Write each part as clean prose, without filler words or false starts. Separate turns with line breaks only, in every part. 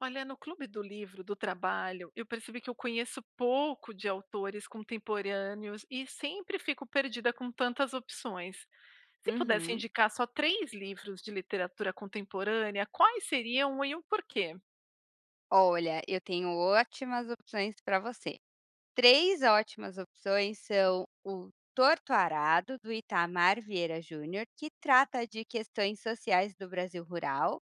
Olha, no clube do livro do trabalho, eu percebi que eu conheço pouco de autores contemporâneos e sempre fico perdida com tantas opções. Se pudesse
Uhum.
indicar só três livros de literatura contemporânea, quais seriam e o porquê?
Olha, eu tenho ótimas opções para você. 3 ótimas opções são o Torto Arado, do Itamar Vieira Júnior, que trata de questões sociais do Brasil rural.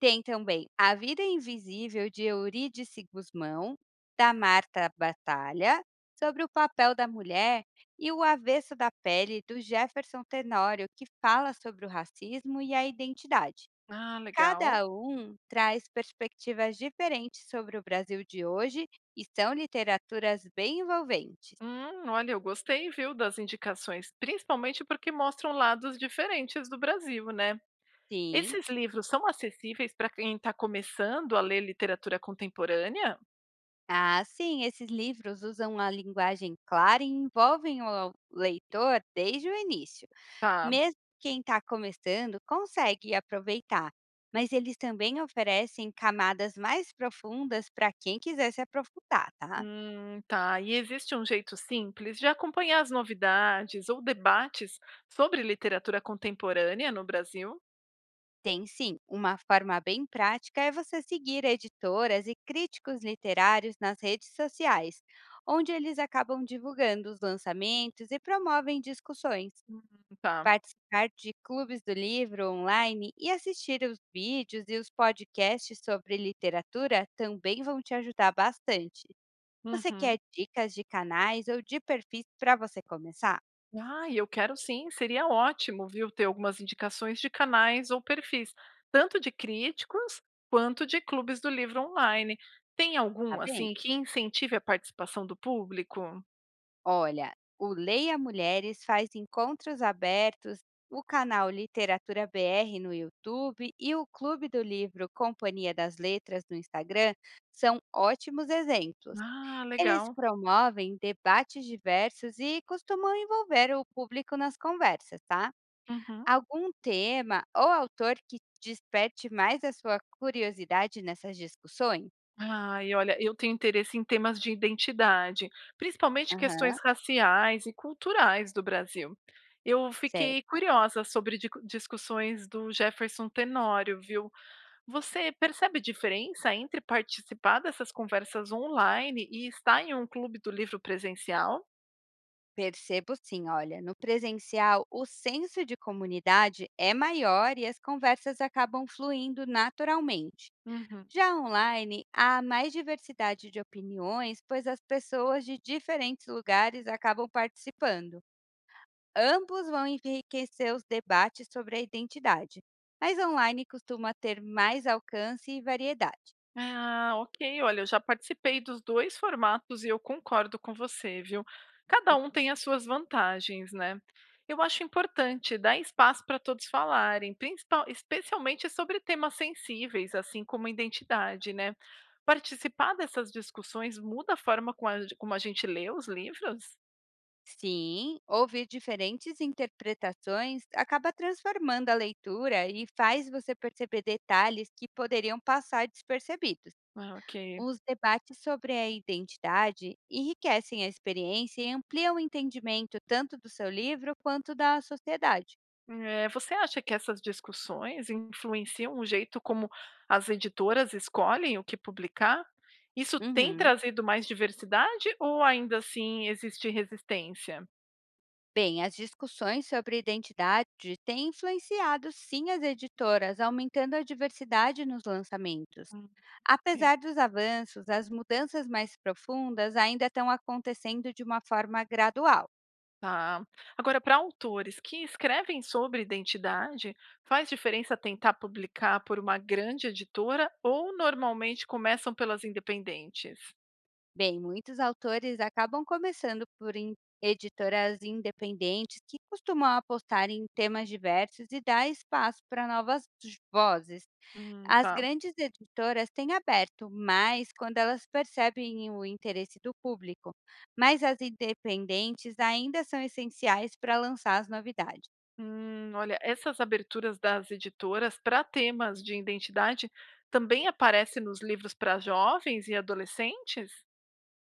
Tem também A Vida Invisível, de Eurídice Guzmão, da Marta Batalha, sobre o papel da mulher, e O Avesso da Pele, do Jefferson Tenório, que fala sobre o racismo e a identidade.
Ah, legal.
Cada um traz perspectivas diferentes sobre o Brasil de hoje e são literaturas bem envolventes.
Olha, eu gostei, viu, das indicações, principalmente porque mostram lados diferentes do Brasil, né?
Sim,
Esses livros são acessíveis para quem está começando a ler literatura contemporânea?
ah, sim, esses livros usam a linguagem clara e envolvem o leitor desde o início.
Tá.
Mesmo quem está começando consegue aproveitar, mas eles também oferecem camadas mais profundas para quem quiser se aprofundar, tá?
Tá. E existe um jeito simples de acompanhar as novidades ou debates sobre literatura contemporânea no Brasil?
Tem sim, uma forma bem prática é você seguir editoras e críticos literários nas redes sociais, onde eles acabam divulgando os lançamentos e promovem discussões.
Hum, tá.
Participar de clubes do livro online e assistir os vídeos e os podcasts sobre literatura também vão te ajudar bastante. Você
Uhum.
quer dicas de canais ou de perfis para você começar?
Ah, e eu quero sim, seria ótimo, viu, ter algumas indicações de canais ou perfis, tanto de críticos quanto de clubes do livro online. Tem
Tá
algum,
bem?
assim, que incentive a participação do público?
Olha, o Leia Mulheres faz encontros abertos, o canal Literatura BR no YouTube e o Clube do Livro Companhia das Letras no Instagram são ótimos exemplos.
Ah,
Eles
legal.
promovem debates diversos e costumam envolver o público nas conversas, tá?
Uhum.
Algum tema ou autor que desperte mais a sua curiosidade nessas discussões?
Ai, olha, eu tenho interesse em temas de identidade, principalmente questões
Aham,
raciais e culturais do Brasil. Eu fiquei
certo.
curiosa sobre discussões do Jefferson Tenório, viu? Você percebe diferença entre participar dessas conversas online e estar em um clube do livro presencial?
Percebo sim, olha, no presencial o senso de comunidade é maior e as conversas acabam fluindo naturalmente.
Uhum.
Já online, há mais diversidade de opiniões, pois as pessoas de diferentes lugares acabam participando. Ambos vão enriquecer os debates sobre a identidade, mas online costuma ter mais alcance e variedade.
Ah, ok. Olha, eu já participei dos 2 formatos e eu concordo com você, viu. Cada um tem as suas vantagens, né. Eu acho importante dar espaço para todos falarem, principal especialmente sobre temas sensíveis, assim como identidade, né. Participar dessas discussões muda a forma como a gente lê os livros?
Sim, ouvir diferentes interpretações acaba transformando a leitura e faz você perceber detalhes que poderiam passar despercebidos.
Ah, ok.
Os debates sobre a identidade enriquecem a experiência e ampliam o entendimento tanto do seu livro quanto da sociedade.
Eh, você acha que essas discussões influenciam o jeito como as editoras escolhem o que publicar? Isso tem
Uhum.
trazido mais diversidade ou ainda assim existe resistência?
Bem, as discussões sobre identidade têm influenciado sim as editoras, aumentando a diversidade nos lançamentos.
Hum, ok,
Apesar dos avanços, as mudanças mais profundas ainda estão acontecendo de uma forma gradual.
tá. Agora, para autores que escrevem sobre identidade, faz diferença tentar publicar por uma grande editora ou normalmente começam pelas independentes?
Bem, muitos autores acabam começando por editoras independentes que costumam apostar em temas diversos e dar espaço para novas vozes. As
Tá.
grandes editoras têm aberto mais quando elas percebem o interesse do público, mas as independentes ainda são essenciais para lançar as novidades.
Olha, essas aberturas das editoras para temas de identidade também aparecem nos livros para jovens e adolescentes?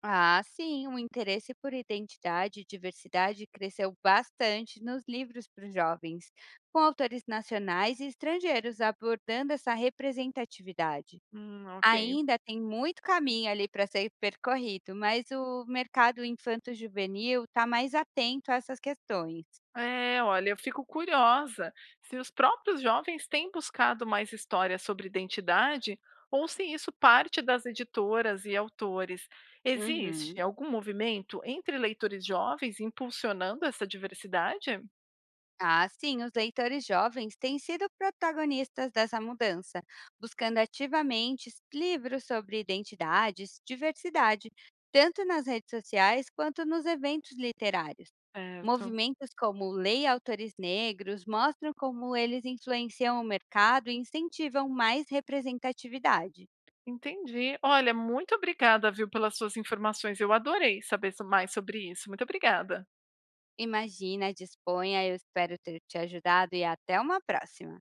Ah, sim, o interesse por identidade e diversidade cresceu bastante nos livros para os jovens, com autores nacionais e estrangeiros abordando essa representatividade.
Ok.
Ainda tem muito caminho ali para ser percorrido, mas o mercado infanto-juvenil está mais atento a essas questões.
É, olha, eu fico curiosa se os próprios jovens têm buscado mais histórias sobre identidade ou se isso parte das editoras e autores. Existe
Uhum.
algum movimento entre leitores jovens impulsionando essa diversidade?
Ah, sim, os leitores jovens têm sido protagonistas dessa mudança, buscando ativamente livros sobre identidades, diversidade, tanto nas redes sociais quanto nos eventos literários.
Certo.
Movimentos como Lei Autores Negros mostram como eles influenciam o mercado e incentivam mais representatividade.
Entendi. Olha, muito obrigada, viu, pelas suas informações. Eu adorei saber mais sobre isso. Muito obrigada.
Imagina, disponha, eu espero ter te ajudado e até uma próxima!